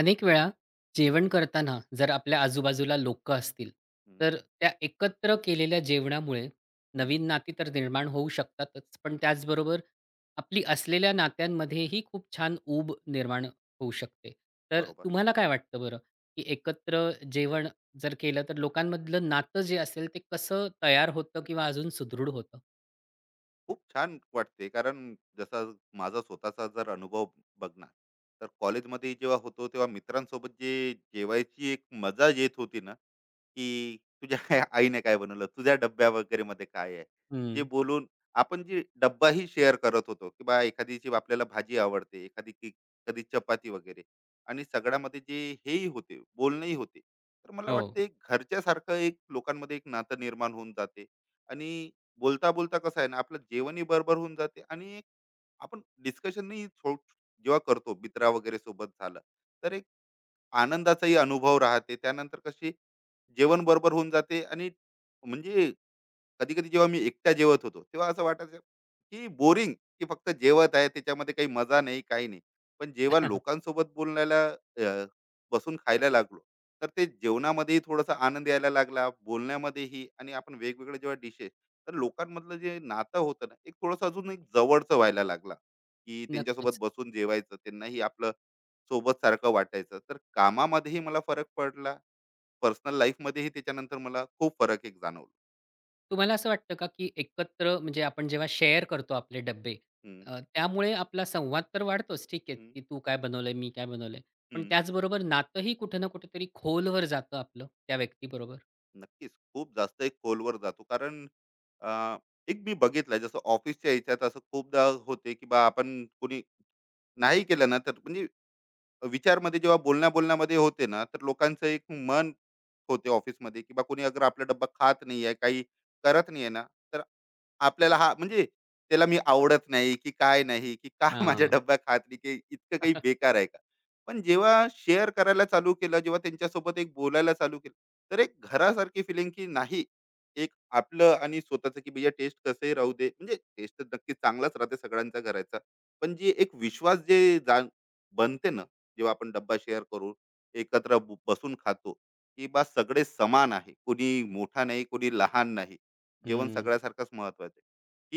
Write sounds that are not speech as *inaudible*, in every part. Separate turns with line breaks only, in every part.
अनेक वेळा
हं,
जेवण करताना जर आपल्या आजूबाजूला लोकं असतील,
हं,
तर त्या एकत्र केलेल्या जेवणामुळे
हं.
नवीन नाती तर निर्माण होऊ शकतातच. पण त्याचबरोबर आपली असलेल्या नात्यांमध्येही खूप छान ऊब निर्माण होऊ शकते. तर
बरोबर.
तुम्हाला काय वाटतं बरं, की एकत्र जेवण जर केलं तर लोकांमधलं नातं जे असेल ते कसं तयार होतं किंवा अजून सुदृढ होतं?
खूप छान वाटते, कारण जसा माझा स्वतःचा जर अनुभव बघणार तर कॉलेजमध्ये जेव्हा होतो तेव्हा मित्रांसोबत जे जेवायची एक मजा येत होती ना, की तुझ्या *laughs* आईने काय बनवलं, तुझ्या डब्या वगैरे मध्ये काय आहे जे
हं.
बोलून आपण जी डब्बाही शेअर करत होतो, की बा एखादीची आपल्याला भाजी आवडते, कधी चपाती वगैरे. आणि सगळ्यामध्ये जे हेही होते, बोलणंही होते, तर मला
हो.
वाटते एक घरच्यासारखं एक लोकांमध्ये एक नातं निर्माण होऊन जाते. आणि बोलता बोलता कसं आहे ना, आपलं जेवणही बरोबर होऊन जाते आणि एक आपण डिस्कशनही जेव्हा करतो मित्रा वगैरे सोबत झालं तर एक आनंदाचाही अनुभव राहते. त्यानंतर कशी जेवण बरोबर होऊन जाते आणि म्हणजे कधी कधी जेव्हा मी एकटा जेवत होतो तेव्हा असं वाटायचं की बोरिंग, की फक्त जेवत आहे, त्याच्यामध्ये काही मजा नाही, काही नाही. पण जेव्हा
*laughs*
लोकांसोबत बोलायला अ, बसून खायला लागलो तर ते जेवणामध्येही थोडासा आनंद यायला लागला, बोलण्यामध्येही. आणि आपण वेगवेगळे जेव्हा डिशेस, तर लोकांमधलं जे नातं होतं ना एक थोडंसं अजून एक जवळचं व्हायला लागला, की त्यांच्यासोबत
नक्कीच.
बसून जेवायचं त्यांनाही आपलं सोबत सारखं वाटायचं. तर कामामध्येही मला फरक पडला, पर्सनल लाईफ मध्येही त्याच्यानंतर मला खूप फरक एक जाणवला.
तुम्हाला असं वाटतं का, की एकत्र म्हणजे आपण जेव्हा शेअर करतो आपले डब्बे
हम्म,
त्यामुळे आपला संवाद तर वाढतोच ठीक आहे, की तू काय बनवलंय, मी काय बनवलंय. पण
हं,
त्याचबरोबर नातंही कुठे ना कुठेतरी खोलवर जातं आपलं त्या व्यक्तीबरोबर?
नक्कीच. खूप जास्त एक खोलवर जातो. कारण अ, एक मी बघितलंय जसं ऑफिसच्या ह्याच्यात असं खूपदा होते, की बा आपण कोणी नाही केलं ना, तर म्हणजे विचारमध्ये जेव्हा बोलण्या-बोलण्यामध्ये होते ना, तर लोकांचं एक मन होते ऑफिसमध्ये, की बा कोणी अगर आपला डब्बा खात नाहीये, काही करत नाहीये ना, तर आपल्याला हा म्हणजे त्याला मी आवडत नाही, की काय नाही, की का *laughs* माझ्या
हां.
डब्या खात नाही, की इतकं काही
*laughs*
बेकार आहे का? पण जेव्हा शेअर करायला चालू केलं, जेव्हा त्यांच्यासोबत एक बोलायला चालू केलं, तर एक घरासारखी फिलिंग की नाही, एक आपलं आणि स्वतःचं, की भैया टेस्ट कसंही राहू दे. म्हणजे टेस्ट तर नक्कीच चांगलाच राहते सगळ्यांचा घराचा. पण जे एक विश्वास जे जा बनते ना, जेव्हा आपण डब्बा शेअर करून एकत्र बसून खातो, की बा सगळे समान आहे. कोणी मोठा नाही, कोणी लहान नाही. जेवण
हं.
सगळ्यासारखंच महत्वाचं आहे.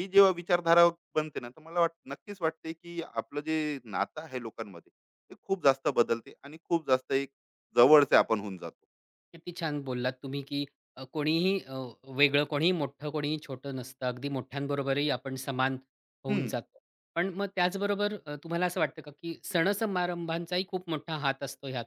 ही जेव्हा विचारधारा बनते ना, तर मला नक्कीच वाटते, की आपलं जे नातं आहे लोकांमध्ये ते खूप जास्त बदलते आणि खूप जास्त एक जवळचे आपण होऊन जातो.
किती छान बोललात तुम्ही, की कोणीही वेगळं, कोणीही मोठं, कोणीही छोटं नसतं. अगदी मोठ्यांबरोबरही आपण समान होऊन
हं,
जातो. पण मग त्याचबरोबर तुम्हाला असं वाटतं का, की सण-समारंभांचाही खूप मोठा हात असतो ह्यात?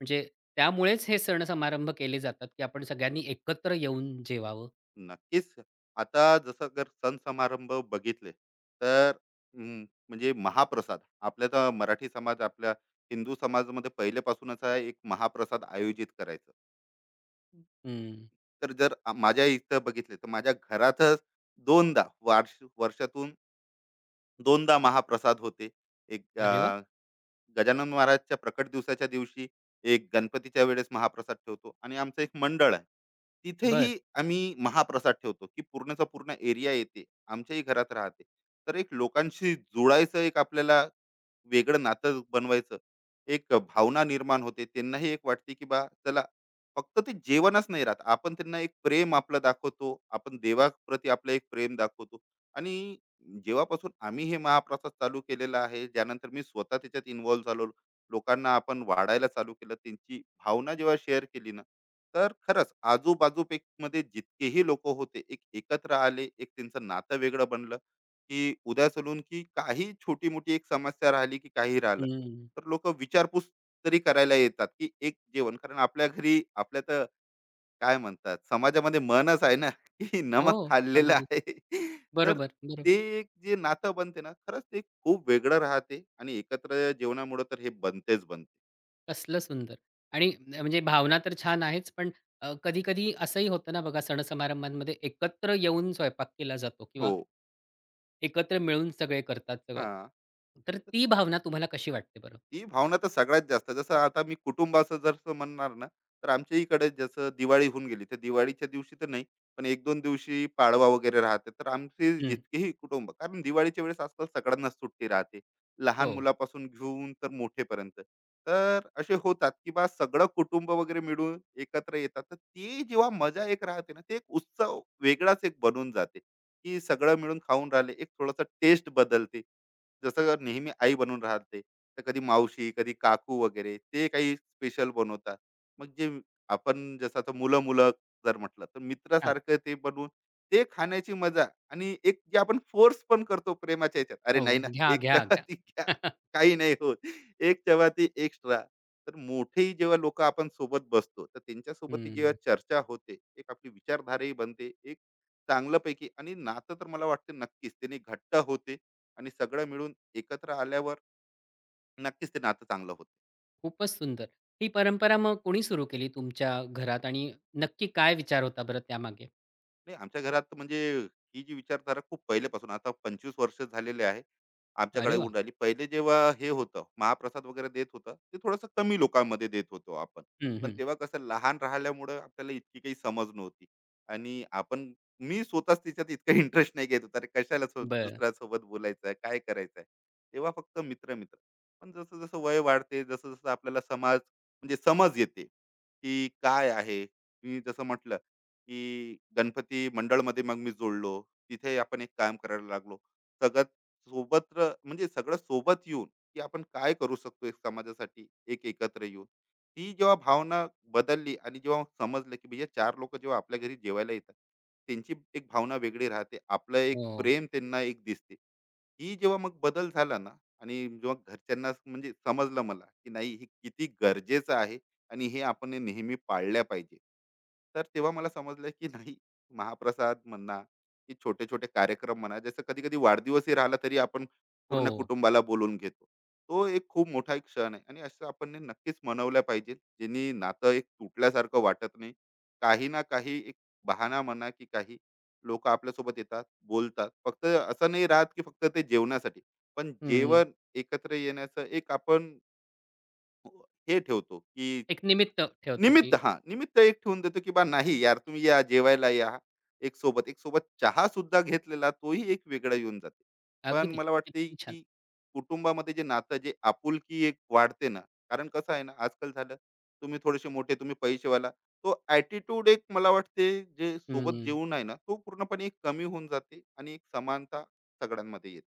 म्हणजे त्यामुळेच हे सण-समारंभ केले जातात, की आपण सगळ्यांनी एकत्र येऊन जेवावं?
नक्कीच. आता जसं जर सण समारंभ बघितले तर, हं, म्हणजे महाप्रसाद. आपल्या तर मराठी समाज, आपल्या हिंदू समाजामध्ये पहिल्यापासूनच हा एक महाप्रसाद आयोजित करायचं.
हं.
तर जर माझ्या इथं बघितले तर माझ्या घरातच दोनदा, वर्षातून दोनदा महाप्रसाद होते. एक
अरे वाह!
गजानन महाराजच्या प्रकट दिवसाच्या दिवशी, एक गणपतीच्या वेळेस महाप्रसाद ठेवतो, आणि आमचं एक मंडळ आहे.
बरं.
तिथेही आम्ही महाप्रसाद ठेवतो, की पूर्णचा पूर्ण एरिया येते. आमच्याही घरात राहते. तर एक लोकांशी जुळायचं, एक आपल्याला वेगळं नातं बनवायचं, एक भावना निर्माण होते. त्यांनाही एक वाटते, की बा चला, फक्त ते जेवणच नाही राहत. आपण त्यांना एक प्रेम आपलं दाखवतो, आपण देवाप्रती आपलं एक प्रेम दाखवतो. आणि जेव्हापासून आम्ही हे महाप्रसाद चालू केलेला आहे, ज्यानंतर मी स्वतः त्याच्यात इन्व्हॉल्व झालो, लोकांना आपण वाढायला चालू केलं, त्यांची भावना जेव्हा शेअर केली ना, तर खरंच आजूबाजूमध्ये जितकेही लोक होते, एक एकत्र आले. एक त्यांचं नातं वेगळं बनलं. की उद्या चलून की काही छोटी-मोठी एक समस्या राहिली की काही राहिलं,
हं.
तर लोकं विचारपूस तरी करायला येतात. की एक जेवण कारण आपल्या घरी, आपल्या तर काय म्हणतात समाजामध्ये म्हणच आहे ना, *laughs* की
हो.
नमक खाल्लेलं
अगदी.
आहे. तर
बरोबर, बरोबर.
ते एक जे नातं बनते ना, खरंच ते खूप वेगळं राहते आणि एकत्र जेवणामुळं तर हे बनतेच बनते.
कसलं सुंदर आणि म्हणजे भावना तर छान आहेच, पण कधी-कधी असंही होतं ना बघा सण-समारंभांमध्ये एकत्र येऊन स्वयंपाक केला जातो किंवा
हो.
एकत्र मिळून सगळे करतात सगळं.
हां.
तर ती भावना तुम्हाला कशी वाटते बरं?
ही भावना तर सगळ्यात जास्त, जसं आता मी कुटुंबाचं जर असं म्हणणार ना, तर आमच्या इकडे जसं दिवाळी होऊन गेली, तर दिवाळीच्या दिवशी तर नाही पण एक दोन दिवशी पाडवा वगैरे राहते. तर आमचे
हं.
जितकेही कुटुंब, कारण दिवाळीच्या वेळेस आजकाल सगळ्यांनाच सुट्टी राहते, लहान
हो.
मुलापासून घेऊन तर मोठेपर्यंत, तर असे होतात की बा सगळं कुटुंब वगैरे मिळून एकत्र येतात. तर ती जेव्हा मजा एक राहते ना, ते एक उत्सव वेगळाच एक बनून जाते, की सगळं मिळून खाऊन राहिले, एक थोडासा टेस्ट बदलते, जसं नेहमी आई बनून राहते तर कधी मावशी कधी काकू वगैरे ते काही स्पेशल बनवतात. मग जे आपण जसं आता मुलं मुलं जर म्हटलं तर
हां.
मित्रासारखं ते बनवून ते खाण्याची मजा. आणि एक जे आपण फोर्स पण करतो प्रेमाच्या ह्याच्यात, अरे
हो.
नाही ना,
घ्या,
एक
घ्या, घ्या.
चपाती घ्या,
*laughs*
काही नाही होत, एक चपाती एक्स्ट्रा. तर मोठेही जेव्हा लोक आपण सोबत बसतो तर त्यांच्यासोबत ही जेव्हा
हं.
चर्चा होते, एक आपली विचारधाराही बनते एक चांगल्यापैकी, आणि नातं तर मला वाटतं नक्कीच त्याने घट्ट होते. आणि सगळं मिळून एकत्र आल्यावर नक्कीच ते नातं चांगलं होतं.
खूपच सुंदर. ही परंपरा मग कोणी सुरू केली तुमच्या घरात आणि नक्की काय विचार होता बरं त्यामागे?
नाही, आमच्या घरात तर म्हणजे ही जी विचारधारा खूप पहिल्यापासून, आता 25 वर्ष झालेले आहे. आमच्याकडे
अरे वाह!
होऊन राहिली. पहिले जेव्हा हे होतं, महाप्रसाद वगैरे देत होतं, ते थोडंसं कमी लोकांमध्ये देत होतो आपण.
हं,
पण
हं.
तेव्हा कसं लहान राहिल्यामुळं आपल्याला इतकी काही समज नव्हती, आणि आपण, मी स्वतःच त्याच्यात इतका *laughs* इंटरेस्ट नाही घेत होता. अरे कशाला सो
बरं.
दुसऱ्यासोबत बोलायचं आहे, काय करायचं आहे? तेव्हा फक्त मित्र-मित्र. पण जसं-जसं वय वाढते, जसं-जसं आपल्याला समाज, म्हणजे समज येते, की काय आहे? मी जसं म्हटलं, की गणपती मंडळमध्ये मग मी जोडलो. तिथे आपण एक काम करायला लागलो. सगळ्यात सोबत म्हणजे सगळं सोबत येऊन, की आपण काय करू शकतो एक समाजासाठी एक एकत्र येऊन. ती जेव्हा भावना बदलली, आणि जेव्हा समजलं, की भैय्या चार लोक जेव्हा आपल्या घरी जेवायला येतात, त्यांची एक भावना वेगळी राहते, आपलं एक
हो.
प्रेम त्यांना एक दिसते. ही जेव्हा मग बदल झाला ना, आणि जेव्हा घरच्यांना म्हणजे समजलं मला, की नाही, हे किती गरजेचं आहे आणि हे आपण हे नेहमी पाळल्या पाहिजे, तर तेव्हा मला समजलं की नाही, महाप्रसाद म्हणा की छोटे छोटे कार्यक्रम म्हणा, जसं कधी कधी वाढदिवसही राहिला तरी आपण पूर्ण
हो.
कुटुंबाला बोलून घेतो. तो एक खूप मोठा एक क्षण आहे, आणि असं आपण ने नक्कीच मनवलं पाहिजे, ज्यांनी नातं एक तुटल्यासारखं वाटत नाही. काही ना काही एक बहाना म्हणा की काही, लोक आपल्यासोबत येतात बोलतात, फक्त असं नाही राहत की फक्त ते जेवणासाठी. पण
हं.
जेवण एकत्र येण्याचं एक आपण हे ठेवतो की,
एक निमित्त ठेवतो
निमित्त
की
हां, निमित्त एक ठेवून देतो, की बा नाही यार, तुम्ही या, जेवायला या. एक सोबत, एक सोबत चहा सुद्धा घेतलेला तोही एक वेगळा येऊन जाते. पण
अगदी.
मला वाटते,
किती छान.
की कुटुंबामध्ये जे नातं, जे आपुलकी एक वाढते ना, कारण कसं आहे ना, आजकाल झालं तुम्ही थोडेसे मोठे, तुम्ही पैसेवाला, तो ॲटिट्यूड एक मला वाटते जे सोबत
हं.
जेवून आहे ना, तो पूर्णपणे एक कमी होऊन जाते आणि एक समानता सगळ्यांमध्ये येते.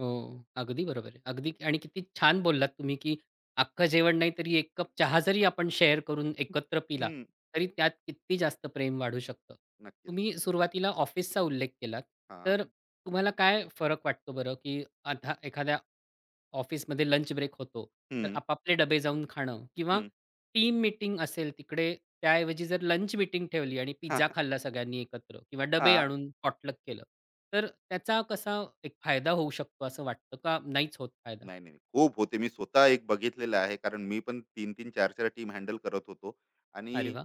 हो. अगदी बरोबर आहे. अगदी आणि किती छान बोललात तुम्ही, की अख्खं जेवण नाही तरी 1 कप चहा जरी आपण शेअर करून एकत्र पिला,
हं,
तरी त्यात किती जास्त प्रेम वाढू शकतं.
नक्कीच.
तुम्ही सुरुवातीला ऑफिसचा उल्लेख केलात.
हां.
तर तुम्हाला काय फरक वाटतो बरं, की आता एखाद्या ऑफिसमध्ये लंच ब्रेक होतो, तर
हं,
आपापले डबे जाऊन खाणं किंवा
हं.
टीम मीटिंग असेल तिकडे त्याऐवजी जर लंच मीटिंग ठेवली आणि
*laughs* हां,
पिझ्झा खाल्ला सगळ्यांनी एकत्र किंवा डबे
हां.
आणून पॉटलक केलं, तर त्याचा कसा एक फायदा होऊ शकतो असं वाटतं का नाहीच होत फायदा?
नाही, नाही. खूप होते. मी स्वतः एक बघितलेलं आहे. कारण मी पण 3 चार चार टीम हँडल करत होतो. आणि
अरे वाह!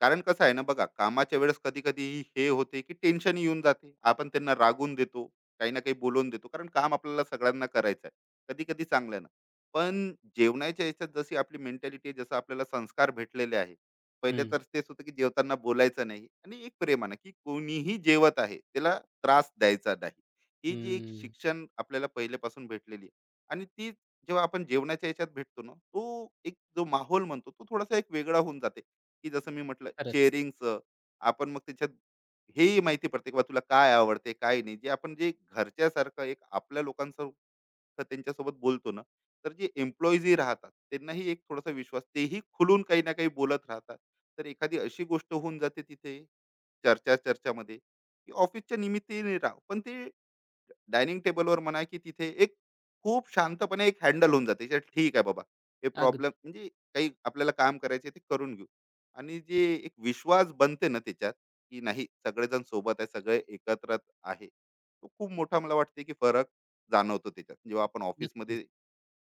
कारण कसं आहे ना, बघा कामाच्या वेळेस कधी कधी हे होते की टेन्शन येऊन जाते, आपण त्यांना रागून देतो, काही ना काही बोलून देतो, कारण काम आपल्याला सगळ्यांना करायचं आहे कधी कधी चांगलं ना. पण जेवणाच्या याच्यात जशी आपली मेंटॅलिटी जसं आपल्याला संस्कार भेटलेले आहे, पहिले
हं,
तर तेच होतं की जेवताना बोलायचं नाही आणि एक प्रेमानं की कोणीही जेवत आहे त्याला त्रास द्यायचा नाही. ही जी एक
हं.
शिक्षण आपल्याला पहिल्यापासून भेटलेली आहे, आणि ती जेव्हा आपण जेवणाच्या याच्यात भेटतो ना तो एक जो माहोल म्हणतो, तो थोडासा एक वेगळा होऊन जाते. की जसं मी म्हटलं
खरंच.
शेअरिंगचं, आपण मग त्याच्यात हेही माहिती पडते की बा तुला काय आवडते काय नाही, जे आपण जे घरच्यासारखं एक आपल्या लोकांसारखं त्यांच्यासोबत बोलतो ना, तर जे एम्प्लॉईजही राहतात त्यांनाही एक थोडासा विश्वास, तेही खुलून काही ना काही बोलत राहतात. तर एखादी अशी गोष्ट होऊन जाते तिथे चर्चामध्ये, की ऑफिसच्या निमित्ताने राह, पण ते डायनिंग टेबलवर म्हणा की तिथे एक खूप शांतपणे एक हँडल होऊन जाते, की ठीक आहे बाबा, हे
अगदी.
प्रॉब्लेम म्हणजे काही आपल्याला काम करायचे ते करून घेऊ. आणि जे एक विश्वास बनते ना त्याच्यात, की नाही सगळेजण सोबत आहे, सगळे एकत्र आहे, तो खूप मोठा मला वाटते की फरक जाणवतो त्याच्यात जेव्हा आपण ऑफिसमध्ये.
नक्कीच.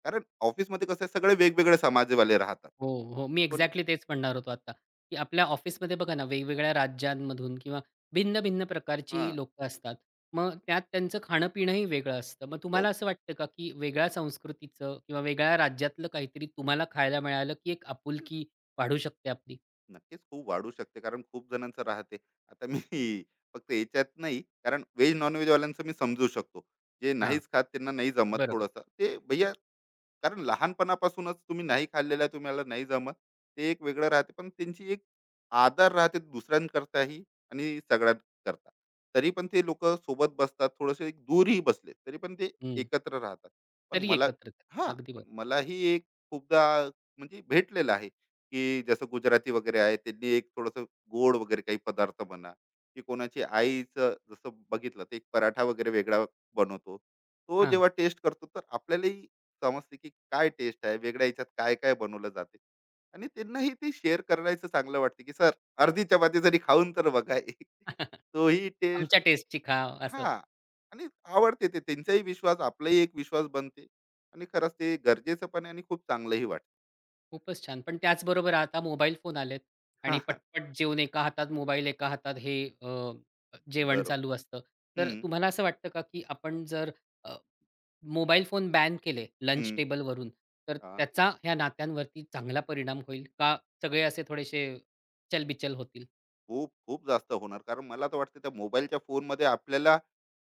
कारण ऑफिसमध्ये कसं आहे, सगळे वेगवेगळे समाजवाले राहतात.
हो, हो. मी
कोण,
एक्झॅक्टली तेच म्हणणार होतो आता, की आपल्या ऑफिसमध्ये बघा ना, वेगवेगळ्या राज्यांमधून किंवा भिन्न-भिन्न प्रकारची
हा,
लोकं असतात. मग त्यात त्यांचं खाणं-पिणंही वेगळं असतं. मग
हो,
तुम्हाला असं वाटतं का, की वेगळ्या संस्कृतीचं किंवा वेगळ्या राज्यातलं काहीतरी तुम्हाला खायला मिळालं, की एक आपुलकी वाढू शकते आपली?
नक्कीच खूप वाढू शकते, कारण खूप जणांचं राहते. आता मी *laughs* फक्त याच्यात नाही, कारण व्हेज नॉन व्हेज वाल्यांचं मी समजू शकतो, जे
हां,
नाहीच खात त्यांना नाही जमत
बरोबर.
थोडंसं, ते भैया, कारण लहानपणापासूनच तुम्ही नाही खाल्लेलं आहे, तुम्हाला नाही जमत. ते एक वेगळं राहते पण त्यांची एक आदर राहते दुसऱ्यांकरताही आणि सगळ्यांकरता, तरी पण ते लोक सोबत बसतात, थोडेसे दूरही बसले तरी पण ते
हं.
एकत्र राहतात. पण
तरी
मला,
एकत्रच.
हा,
अगदी
पण
बरोबर.
मलाही एक खूपदा म्हणजे भेटलेलं आहे, की जसं गुजराती वगैरे आहे त्यांनी एक थोडस गोड वगैरे काही पदार्थ म्हणा, की कोणाची आईचं जसं बघितलं ते एक पराठा वगैरे वेगळा बनवतो, तो
हां.
जेव्हा टेस्ट करतो तर आपल्यालाही समजते की काय टेस्ट आहे वेगळ्या याच्यात, काय काय बनवलं जाते. आणि त्यांनाही ते शेअर करायचं चांगलं वाटते, की सर अर्धी चपाती जरी खाऊन तर बघा एक,
*laughs*
तोही टेस्ट,
आमच्या टेस्टची खा
हा,
असं.
आणि आवडते ते, त्यांचाही विश्वास आपलाही एक विश्वास बनते. आणि खरंच ते गरजेचं पण आहे आणि खूप चांगलंही वाटतं.
खूपच छान. पण त्याचबरोबर आता मोबाईल फोन आलेत
*laughs* हा,
आणि
हा,
पटपट जेवून एका हातात मोबाईल, एका हातात हे अ, जेवण
बरोबर.
चालू असतं. तर
हम्म.
तुम्हाला असं वाटतं का, की आपण जर अ, मोबाईल फोन बॅन केले लंच
हम्म.
टेबलवरून, तर
हा,
त्याचा ह्या नात्यांवरती चांगला परिणाम होईल का? सगळे असे थोडेसे चलबिचल होतील?
खूप खूप जास्त होणार, कारण मला तर वाटतं त्या मोबाईलच्या फोनमध्ये आपल्याला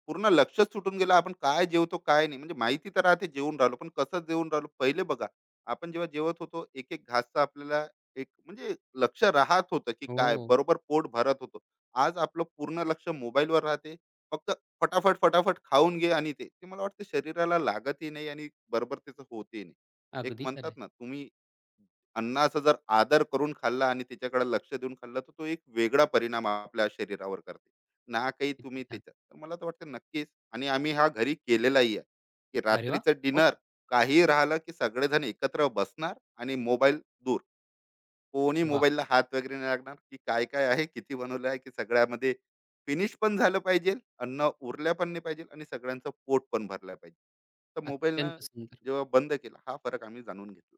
पूर्ण लक्षच सुटून गेलं. आपण काय जेवतो काय नाही, म्हणजे माहिती तर राहते जेवून राहिलो, पण कसं जेवून राहिलो? पहिले बघा, आपण जेव्हा जेवत होतो एक एक घासचा आपल्याला एक म्हणजे लक्ष राहत होतं, की काय
हो,
बरोबर पोट भरत होतो. आज आपलं पूर्ण लक्ष मोबाईलवर राहते, फक्त फटाफट फटाफट खाऊन घे. आणि ते ते मला वाटतं शरीराला लागतही नाही, आणि बरोबर त्याचं होतही नाही. एक
अगदी खरं
म्हणतात
आहे.
ना तुम्ही, अन्नाचा जर आदर करून खाल्ला आणि त्याच्याकडे लक्ष देऊन खाल्ला तर तो एक वेगळा परिणाम आपल्या शरीरावर करते, ना काही
किती
तुम्ही
छान.
त्याच्यात, तर मला तर वाटतं नक्कीच. आणि आम्ही हा घरी केलेलाही आहे, की
अरे वाह!
रात्रीचं
हो
डिनर
का?
काही राहिलं की सगळेजण एकत्र बसणार आणि मोबाईल दूर. कोणी
वाह!
मोबाईलला हात वगैरे नाही लागणार, की काय काय आहे, किती बनवलं आहे, की सगळ्यामध्ये फिनिश पण झालं पाहिजे, अन्न उरल्या पण नाही पाहिजे आणि सगळ्यांचं पोट पण भरलं पाहिजे. तर मोबाईलनं
अत्यंत सुंदर.
जेव्हा बंद केला हा फरक आम्ही जाणून घेतला.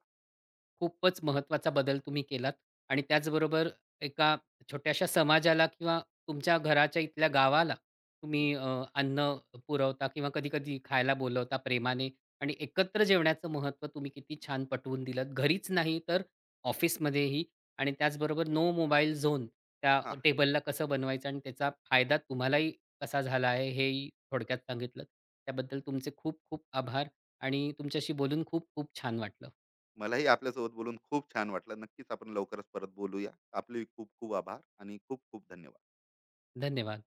खूपच महत्त्वाचा बदल तुम्ही केलात आणि त्याचबरोबर एका छोट्याशा समाजाला किंवा तुमच्या घराच्या इथल्या गावाला
हं,
तुम्ही अन्न पुरवता किंवा कधी-कधी खायला बोलवता प्रेमाने आणि एकत्र जेवण्याचं महत्त्व तुम्ही किती छान पटवून दिलत. घरीच नाही तर ऑफिसमध्येही आणि त्याचबरोबर नो मोबाईल झोन त्या
हा,
टेबलला कसं बनवायचं आणि त्याचा फायदा तुम्हालाही कसा झाला आहे हेही थोडक्यात सांगितलत. त्याबद्दल तुमचे खूप खूप आभार आणि तुमच्याशी बोलून खूप खूप छान वाटलं.
मलाही आपल्यासोबत बोलून खूप छान वाटलं. नक्कीच आपण लवकरच परत बोलूया. आपले खूप खूप आभार आणि खूप खूप धन्यवाद.
धन्यवाद.